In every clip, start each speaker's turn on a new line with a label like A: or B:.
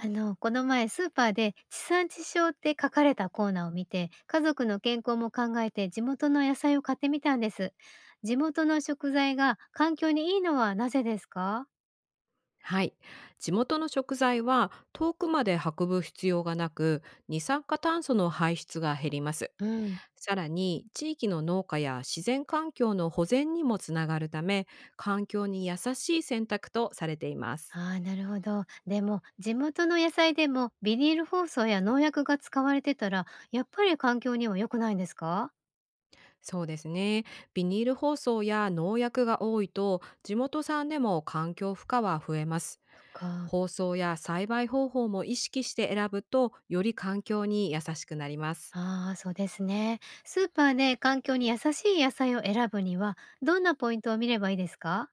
A: この前スーパーで地産地消って書かれたコーナーを見て、家族の健康も考えて地元の野菜を買ってみたんです。地元の食材が環境にいいのはなぜですか？
B: はい。地元の食材は遠くまで運ぶ必要がなく、二酸化炭素の排出が減ります。
A: うん。
B: さらに、地域の農家や自然環境の保全にもつながるため、環境に優しい選択とされています。
A: ああ、なるほど。でも、地元の野菜でもビニール包装や農薬が使われてたら、やっぱり環境には良くないんですか？
B: そうですね。ビニール包装や農薬が多いと、地元産でも環境負荷は増えます。
A: そっか。
B: 包装や栽培方法も意識して選ぶと、より環境に優しくなります。
A: ああ、そうですね。スーパーで環境に優しい野菜を選ぶには、どんなポイントを見ればいいですか？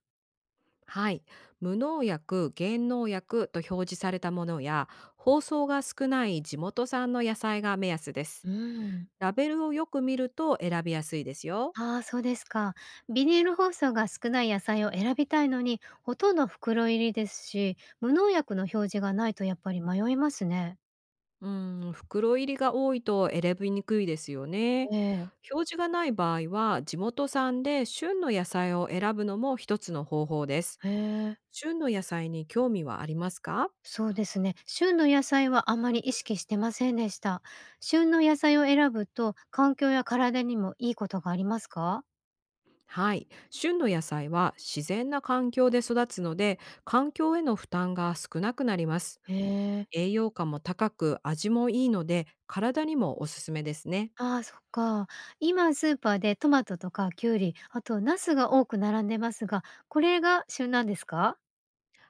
B: はい。無農薬、減農薬と表示されたものや、包装が少ない地元産の野菜が目安です。
A: うん。
B: ラベルをよく見ると選びやすいですよ。
A: ああ、そうですか。ビニール包装が少ない野菜を選びたいのに、ほとんど袋入りですし、無農薬の表示がないとやっぱり迷いますね。
B: うん、袋入りが多いと選びにくいですよね。
A: ええ、
B: 表示がない場合は、地元産で旬の野菜を選ぶのも一つの方法です。
A: へえ、
B: 旬の野菜に興味はありますか？
A: そうですね。旬の野菜はあまり意識してませんでした。旬の野菜を選ぶと、環境や体にもいいことがありますか？
B: はい。旬の野菜は自然な環境で育つので、環境への負担が少なくなります。
A: へえ、
B: 栄養価も高く、味もいいので、体にもおすすめですね。
A: ああ、そっか。今スーパーでトマトとかキュウリ、あとナスが多く並んでますが、これが旬なんですか？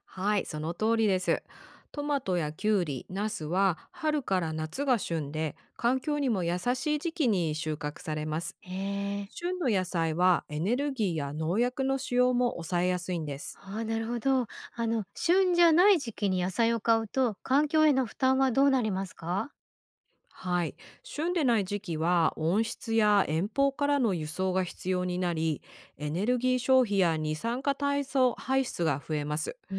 B: はい、その通りです。トマトやキュウリ、ナスは春から夏が旬で、環境にも優しい時期に収穫されます。
A: へえ。
B: 旬の野菜はエネルギーや農薬の使用も抑えやすいんです。
A: ああ、なるほど。旬じゃない時期に野菜を買うと、環境への負担はどうなりますか？
B: はい。旬でない時期は温室や遠方からの輸送が必要になり、エネルギー消費や二酸化炭素排出が増えます。
A: うー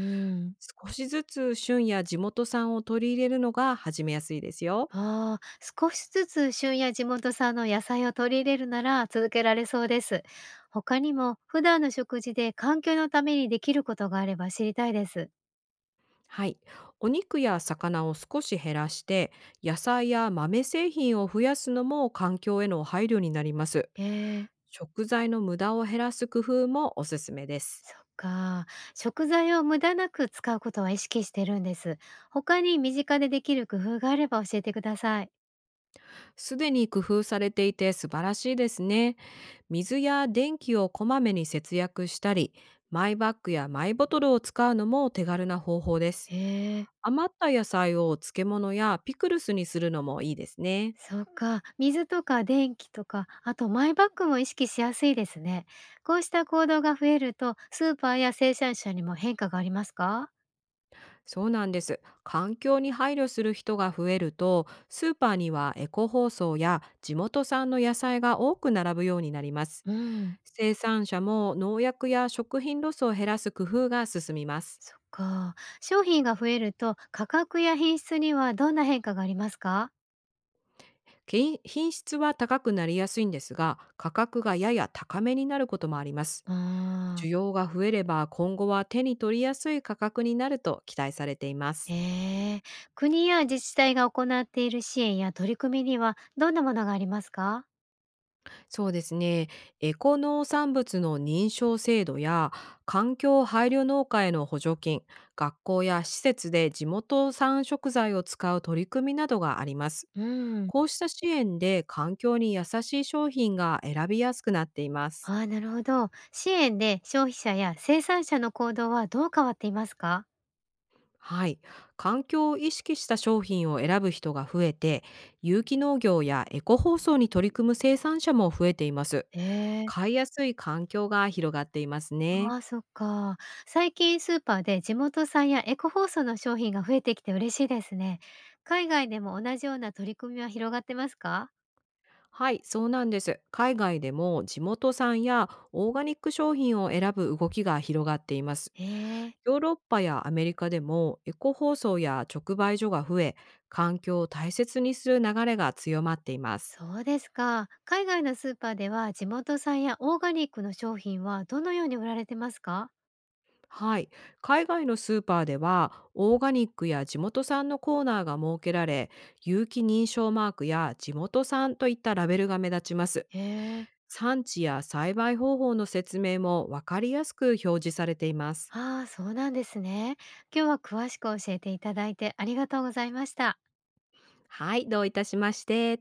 A: ん。
B: 少しずつ旬や地元産を取り入れるのが始めやすいですよ。
A: ああ、少しずつ旬や地元産の野菜を取り入れるなら続けられそうです。他にも普段の食事で環境のためにできることがあれば知りたいです。
B: はい。お肉や魚を少し減らして、野菜や豆製品を増やすのも環境への配慮になります。
A: ええ。
B: 食材の無駄を減らす工夫もおすすめです。
A: そっか。食材を無駄なく使うことは意識してるんです。他に身近でできる工夫があれば教えてください。
B: すでに工夫されていて素晴らしいですね。水や電気をこまめに節約したり、マイバッグやマイボトルを使うのも手軽な方法です。
A: へえ。
B: 余った野菜を漬物やピクルスにするのもいいですね。
A: そうか、水とか電気とか、あとマイバッグも意識しやすいですね。こうした行動が増えると、スーパーや生産者にも変化がありますか？
B: そうなんです。環境に配慮する人が増えると、スーパーにはエコ包装や地元産の野菜が多く並ぶようになります。
A: うん、
B: 生産者も農薬や食品ロスを減らす工夫が進みます。
A: そっか。商品が増えると、価格や品質にはどんな変化がありますか？
B: け品質は高くなりやすいんですが、価格がやや高めになることもあります。
A: あ
B: 需要が増えれば今後は手に取りやすい価格になると期待されていま
A: ー、
B: す。
A: へえ。国や自治体が行っている支援や取り組みには、どんなものがありますか？
B: そうですね。エコ農産物の認証制度や環境配慮農家への補助金、学校や施設で地元産食材を使う取り組みなどがあります。
A: うん。
B: こうした支援で環境に優しい商品が選びやすくなっています。
A: ああ、なるほど。支援で消費者や生産者の行動はどう変わっていますか？
B: はい。環境を意識した商品を選ぶ人が増えて、有機農業やエコ包装に取り組む生産者も増えています。
A: ええ。
B: 買いやすい環境が広がっていますね。
A: ああ、そっか。最近スーパーで地元産やエコ包装の商品が増えてきて嬉しいですね。海外でも同じような取り組みは広がってますか？
B: はい、そうなんです。海外でも地元産やオーガニック商品を選ぶ動きが広がっています。
A: へえ、
B: ヨーロッパやアメリカでもエコ包装や直売所が増え、環境を大切にする流れが強まっています。
A: そうですか。海外のスーパーでは地元産やオーガニックの商品はどのように売られてますか？
B: はい、海外のスーパーではオーガニックや地元産のコーナーが設けられ、有機認証マークや地元産といったラベルが目立ちます。
A: へえ。
B: 産地や栽培方法の説明も分かりやすく表示されています。
A: ああ、そうなんですね。今日は詳しく教えていただいてありがとうございました。
B: はい、どういたしまして。